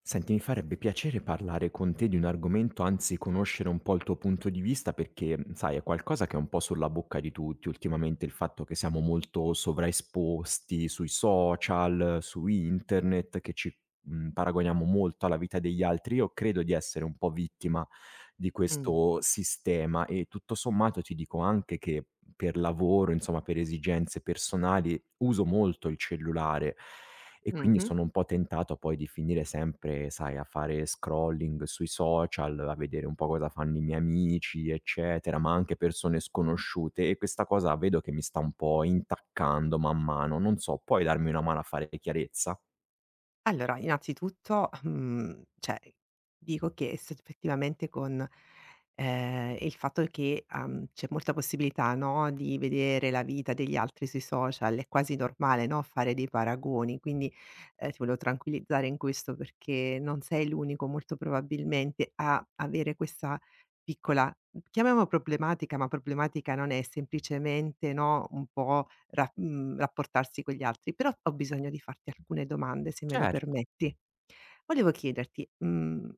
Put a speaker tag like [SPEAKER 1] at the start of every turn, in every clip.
[SPEAKER 1] Senti, mi farebbe piacere parlare con te di un argomento, anzi conoscere un po' il tuo punto di vista perché, sai, è qualcosa che è un po' sulla bocca di tutti ultimamente, il fatto che siamo molto sovraesposti sui social, su internet, che ci paragoniamo molto alla vita degli altri. Io credo di essere un po' vittima di
[SPEAKER 2] Mh.
[SPEAKER 1] questo sistema e tutto sommato ti dico anche che per lavoro, insomma per esigenze personali, uso molto il cellulare e quindi
[SPEAKER 2] Mh-mh.
[SPEAKER 1] sono un po' tentato poi di finire sempre, sai, a fare scrolling sui social, a vedere un po' cosa fanno i miei amici, eccetera, ma anche persone sconosciute e questa cosa vedo che mi sta un po' intaccando man mano. Non so, puoi darmi una mano a fare chiarezza?
[SPEAKER 2] Allora innanzitutto, cioè dico che s effettivamente con, il fatto che, c'è molta possibilità, no, di vedere la vita degli altri sui social, è quasi normale, no, fare dei paragoni. Quindi, ti volevo tranquillizzare in questo, perché non sei l'unico molto probabilmente a avere questa piccola, chiamiamola, problematica, ma problematica non è, semplicemente, no, un po' rapportarsi con gli altri. Però ho bisogno di farti alcune domande, se me lo
[SPEAKER 1] Certo.
[SPEAKER 2] permetti. Volevo chiederti,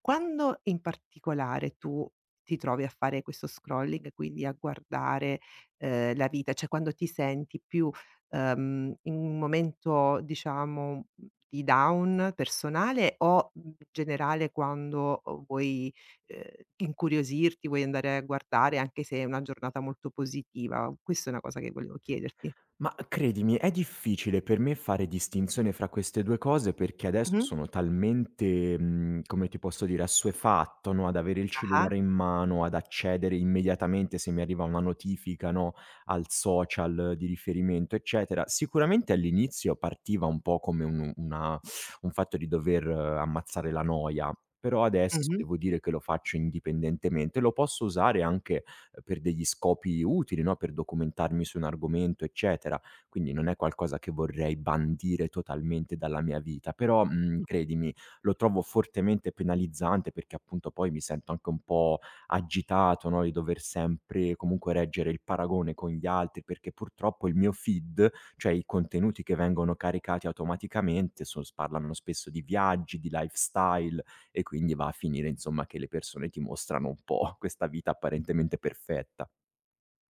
[SPEAKER 2] quando in particolare tu ti trovi a fare questo scrolling, quindi a guardare, la vita, cioè quando ti senti più, in un momento, diciamo, di down personale o, generale, quando, vuoi ehm, incuriosirti, vuoi andare a guardare anche se è una giornata molto positiva. Questa è una cosa che volevo chiederti.
[SPEAKER 1] Ma credimi, è difficile per me fare distinzione fra queste 2 cose perché adesso
[SPEAKER 2] Mh-mh.
[SPEAKER 1] sono talmente, come ti posso dire, assuefatto, no, ad avere il
[SPEAKER 2] Ah-ah.
[SPEAKER 1] cellulare in mano, ad accedere immediatamente se mi arriva una notifica, no, al social di riferimento, eccetera. Sicuramente all'inizio partiva un po' come un fatto di dover ammazzare la noia, però adesso
[SPEAKER 2] Mh-mh.
[SPEAKER 1] devo dire che lo faccio indipendentemente. Lo posso usare anche per degli scopi utili, no, per documentarmi su un argomento, eccetera. Quindi non è qualcosa che vorrei bandire totalmente dalla mia vita, però, credimi, lo trovo fortemente penalizzante perché appunto poi mi sento anche un po' agitato, no, di dover sempre comunque reggere il paragone con gli altri, perché purtroppo il mio feed, cioè i contenuti che vengono caricati automaticamente, so s parlano spesso di viaggi, di lifestyle e quindi va a finire insomma che le persone ti mostrano un po' questa vita apparentemente perfetta.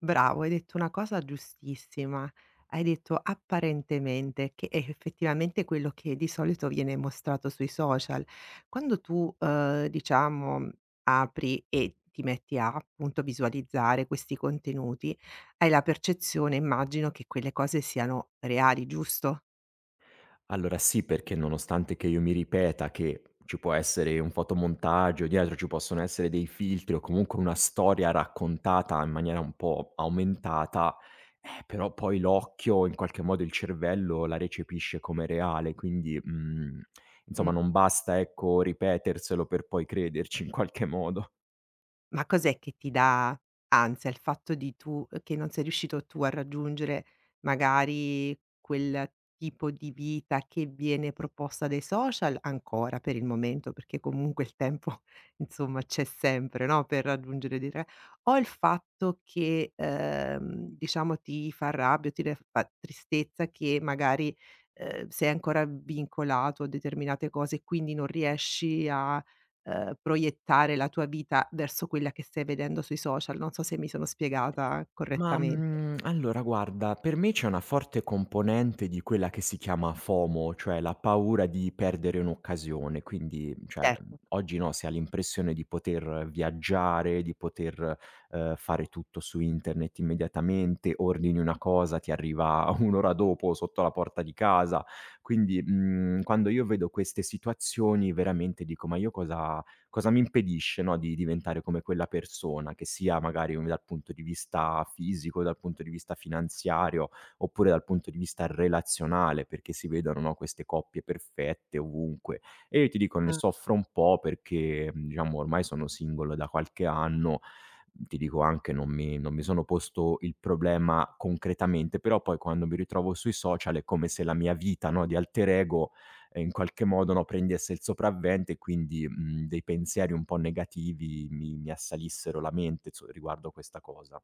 [SPEAKER 2] Bravo, hai detto una cosa giustissima. Hai detto "apparentemente", che è effettivamente quello che di solito viene mostrato sui social. Quando tu, diciamo, apri e ti metti a, appunto, visualizzare questi contenuti, hai la percezione, immagino, che quelle cose siano reali, giusto?
[SPEAKER 1] Allora sì, perché nonostante che io mi ripeta che ci può essere un fotomontaggio, dietro ci possono essere dei filtri o comunque una storia raccontata in maniera un po' aumentata, però poi l'occhio, in qualche modo il cervello la recepisce come reale, quindi,
[SPEAKER 2] Mh.
[SPEAKER 1] insomma non basta ecco ripeterselo per poi crederci in qualche modo.
[SPEAKER 2] Ma cos'è che ti dà ansia? Il fatto di tu che non sei riuscito tu a raggiungere magari quel tipo di vita che viene proposta dai social ancora, per il momento, perché comunque il tempo insomma c'è sempre, no, per raggiungere dei re o il fatto che, diciamo, ti fa rabbia, o ti re fa tristezza che magari, sei ancora vincolato a determinate cose e quindi non riesci a proiettare la tua vita verso quella che stai vedendo sui social. Non so se mi sono spiegata correttamente.
[SPEAKER 1] Allora guarda, per me c'è una forte componente di quella che si chiama FOMO, cioè la paura di perdere un'occasione. Quindi, cioè,
[SPEAKER 2] Certo.
[SPEAKER 1] oggi, no, si ha l'impressione di poter viaggiare, di poter, fare tutto su internet immediatamente, ordini una cosa, ti arriva 1 ora dopo sotto la porta di casa. Quindi, quando io vedo queste situazioni veramente dico: "Ma io cosa mi impedisce, no, di diventare come quella persona, che sia magari un dal punto di vista fisico, dal punto di vista finanziario, oppure dal punto di vista relazionale, perché si vedono, no, queste coppie perfette ovunque. E io ti dico, ne
[SPEAKER 2] Mh.
[SPEAKER 1] soffro un po' perché, diciamo ormai sono single da qualche anno, ti dico anche non mi sono posto il problema concretamente, però poi quando mi ritrovo sui social è come se la mia vita, no, di alter ego, in qualche modo, no, prendesse il sopravvento e quindi, dei pensieri un po' negativi mi assalissero la mente su riguardo questa cosa.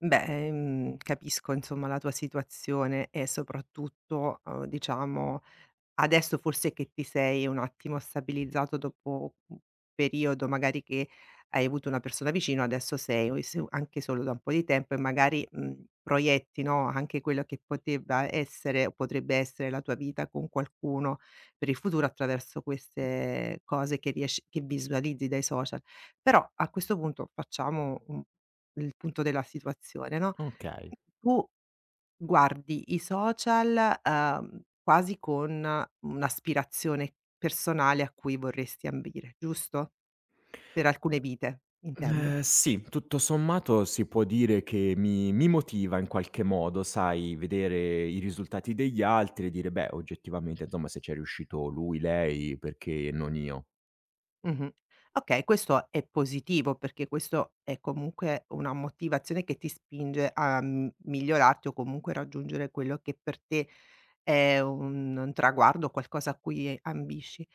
[SPEAKER 2] Beh, capisco insomma la tua situazione, e soprattutto, diciamo, adesso forse che ti sei un attimo stabilizzato, dopo un periodo magari che hai avuto una persona vicino, adesso sei, o se anche solo da un po' di tempo, e magari, proietti, no, anche quello che poteva essere o potrebbe essere la tua vita con qualcuno per il futuro, attraverso queste cose che riesci, che visualizzi dai social. Però a questo punto facciamo un il punto della situazione, no?
[SPEAKER 1] Okay.
[SPEAKER 2] Tu guardi i social, quasi con un'aspirazione personale a cui vorresti ambire, giusto? Per alcune vite, intendo.
[SPEAKER 1] Sì, tutto sommato si può dire che mi motiva in qualche modo, sai, vedere i risultati degli altri e dire: "Beh, oggettivamente, insomma, se c'è riuscito lui, lei, perché non io?"
[SPEAKER 2] Mh-mh. Okay, questo è positivo, perché questo è comunque una motivazione che ti spinge a m migliorarti, o comunque raggiungere quello che per te è un traguardo, qualcosa a cui ambisci.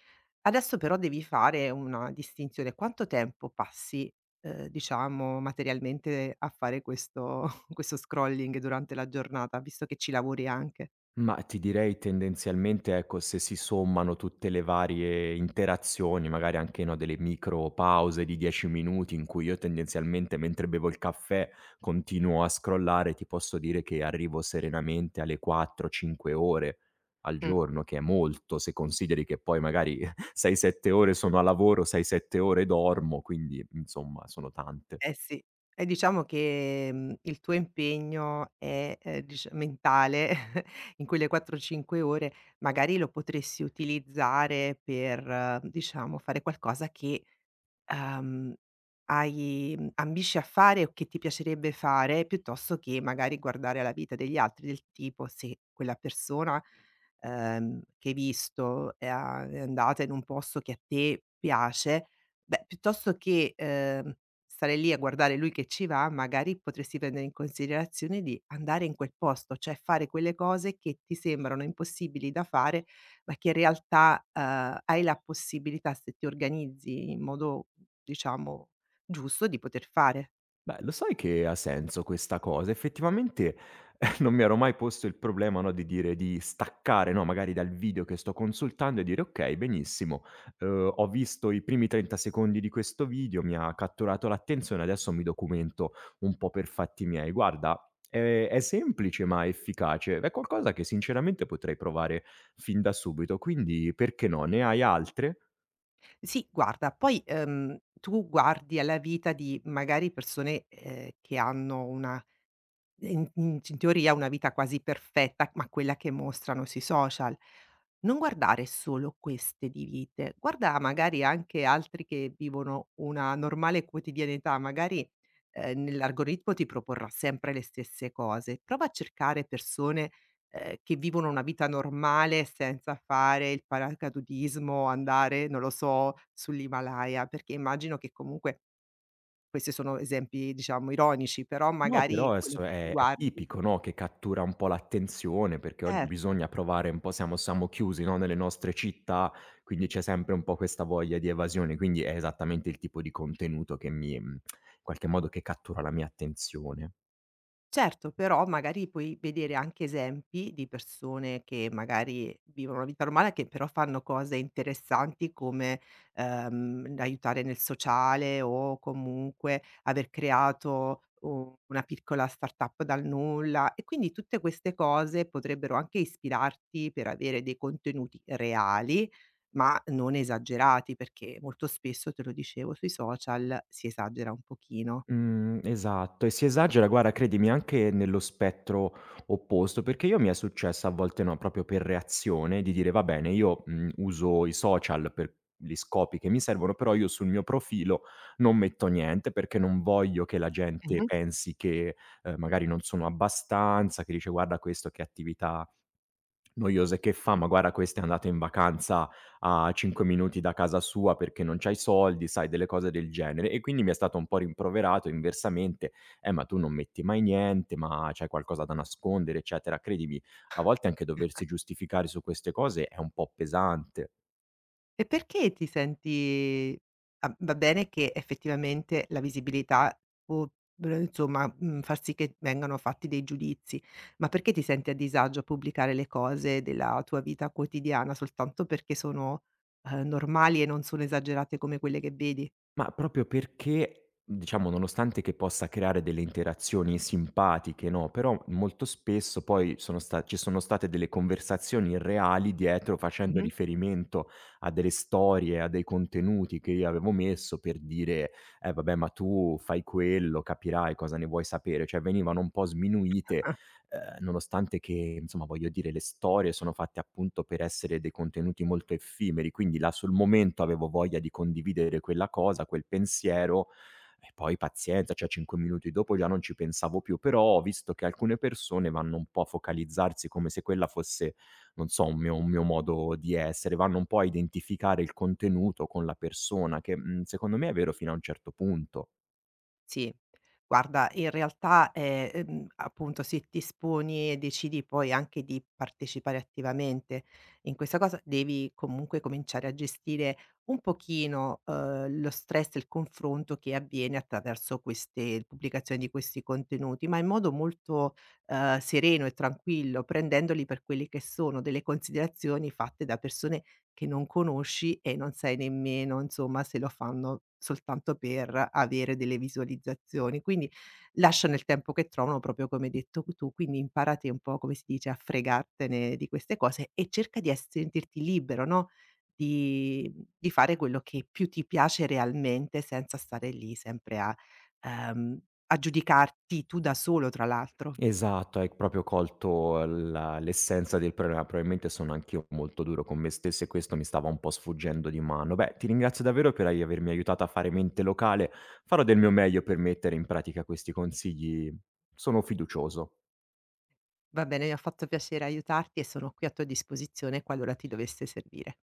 [SPEAKER 2] Adesso però devi fare una distinzione: quanto tempo passi, diciamo, materialmente, a fare questo questo scrolling durante la giornata, visto che ci lavori anche?
[SPEAKER 1] Ma ti direi tendenzialmente, ecco, se si sommano tutte le varie interazioni, magari anche, no, delle micro pause di 10 minuti in cui io tendenzialmente mentre bevo il caffè continuo a scrollare, ti posso dire che arrivo serenamente alle 4, 5 ore al
[SPEAKER 2] Mh.
[SPEAKER 1] giorno, che è molto se consideri che poi magari 6, 7 ore sono a lavoro, 6, 7 ore dormo, quindi insomma sono tante.
[SPEAKER 2] Eh sì. E diciamo che, il tuo impegno è, dic mentale, in quelle 4, 5 ore magari lo potresti utilizzare per, diciamo, fare qualcosa che ehm, ambisci a fare, o che ti piacerebbe fare, piuttosto che magari guardare alla vita degli altri. Del tipo, se quella persona, che hai visto, è andata in un posto che a te piace, beh, piuttosto che, stare lì a guardare lui che ci va, magari potresti prendere in considerazione di andare in quel posto, cioè fare quelle cose che ti sembrano impossibili da fare, ma che in realtà, hai la possibilità, se ti organizzi in modo, diciamo, giusto, di poter fare.
[SPEAKER 1] Beh, lo sai che ha senso questa cosa? Effettivamente, non mi ero mai posto il problema, no, di dire di staccare, no, magari dal video che sto consultando e dire: "Okay, benissimo, ho visto i primi 30 secondi di questo video, mi ha catturato l'attenzione, adesso mi documento un po' per fatti miei". Guarda, è semplice ma efficace. È qualcosa che sinceramente potrei provare fin da subito, quindi perché no? Ne hai altre?
[SPEAKER 2] Sì, guarda, poi, tu guardi alla vita di magari persone, che hanno una In in c in teoria una vita quasi perfetta, ma quella che mostrano sui social. Non guardare solo queste di vite, guarda magari anche altri che vivono una normale quotidianità, magari, nell'algoritmo ti proporrà sempre le stesse cose. Prova a cercare persone, che vivono una vita normale, senza fare il paracadutismo, andare, non lo so, sull'Himalaya, perché immagino che comunque questi sono esempi, diciamo, ironici, però
[SPEAKER 1] No, però
[SPEAKER 2] magari quello
[SPEAKER 1] adesso
[SPEAKER 2] che tu
[SPEAKER 1] è
[SPEAKER 2] guardi.
[SPEAKER 1] tipico, no, che cattura un po' l'attenzione, perché oggi
[SPEAKER 2] Certo,
[SPEAKER 1] bisogna provare un po' siamo chiusi, no, nelle nostre città, quindi c'è sempre un po' questa voglia di evasione, quindi è esattamente il tipo di contenuto che in qualche modo che cattura la mia attenzione.
[SPEAKER 2] certo, però magari puoi vedere anche esempi di persone che magari vivono una vita normale, che però fanno cose interessanti come, aiutare nel sociale, o comunque aver creato u una piccola startup dal nulla, e quindi tutte queste cose potrebbero anche ispirarti, per avere dei contenuti reali ma non esagerati, perché molto spesso, te lo dicevo, sui social si esagera un pochino.
[SPEAKER 1] Mhmm, esatto e si esagera, guarda credimi anche nello spettro opposto, perché io mi è successo a volte, no, proprio per reazione di dire: "Va bene io, uso i social per gli scopi che mi servono, però io sul mio profilo non metto niente perché non voglio che la gente
[SPEAKER 2] Mh-mh.
[SPEAKER 1] pensi che, magari non sono abbastanza", che dice: "Guarda questo che attività noiose che fa: "Ma guarda questa è andata in vacanza a 5 minuti da casa sua perché non c'ha i soldi", sai, delle cose del genere. E quindi mi è stato un po' rimproverato inversamente: ma tu non metti mai niente, ma c'hai qualcosa da nascondere", eccetera. Credimi, a volte anche doversi giustificare su queste cose è un po' pesante.
[SPEAKER 2] E perché ti senti, va bene che effettivamente la visibilità può, br insomma, far sì che vengano fatti dei giudizi, ma perché ti senti a disagio a pubblicare le cose della tua vita quotidiana soltanto perché sono, normali e non sono esagerate come quelle che vedi?
[SPEAKER 1] Ma proprio perché, diciamo, nonostante che possa creare delle interazioni simpatiche, no, però molto spesso poi sono sta ci sono state delle conversazioni reali dietro, facendo
[SPEAKER 2] Mh-mh.
[SPEAKER 1] riferimento a delle storie, a dei contenuti che io avevo messo per dire: "Eh vabbè, ma tu fai quello, capirai cosa ne vuoi sapere". Cioè venivano un po' sminuite, nonostante che, insomma, voglio dire, le storie sono fatte appunto per essere dei contenuti molto effimeri, quindi là sul momento avevo voglia di condividere quella cosa, quel pensiero e poi pazienza, cioè 5 minuti dopo già non ci pensavo più, però ho visto che alcune persone vanno un po' a focalizzarsi come se quella fosse, non so, un mio modo di essere, vanno un po' a identificare il contenuto con la persona che, secondo me è vero fino a un certo punto.
[SPEAKER 2] Sì. Guarda, in realtà, appunto, se ti esponi e decidi poi anche di partecipare attivamente in questa cosa, devi comunque cominciare a gestire un pochino, lo stress e il confronto che avviene attraverso queste pubblicazioni di questi contenuti, ma in modo molto, sereno e tranquillo, prendendoli per quelli che sono, delle considerazioni fatte da persone che non conosci, e non sai nemmeno, insomma, se lo fanno soltanto per avere delle visualizzazioni. Quindi lasciano il tempo che trovano, proprio come hai detto tu. Quindi imparati un po', come si dice, a fregartene di queste cose, e cerca di ess sentirti libero, no, di fare quello che più ti piace realmente, senza stare lì sempre ehm, a giudicarti tu, da solo, tra l'altro.
[SPEAKER 1] Esatto, hai proprio colto la l'essenza del problema. Probabilmente sono anch'io molto duro con me stesso e questo mi stava un po' sfuggendo di mano. Beh, ti ringrazio davvero per ai avermi aiutato a fare mente locale. Farò del mio meglio per mettere in pratica questi consigli. Sono fiducioso.
[SPEAKER 2] Va bene, mi ha fatto piacere aiutarti, e sono qui a tua disposizione qualora ti dovesse servire.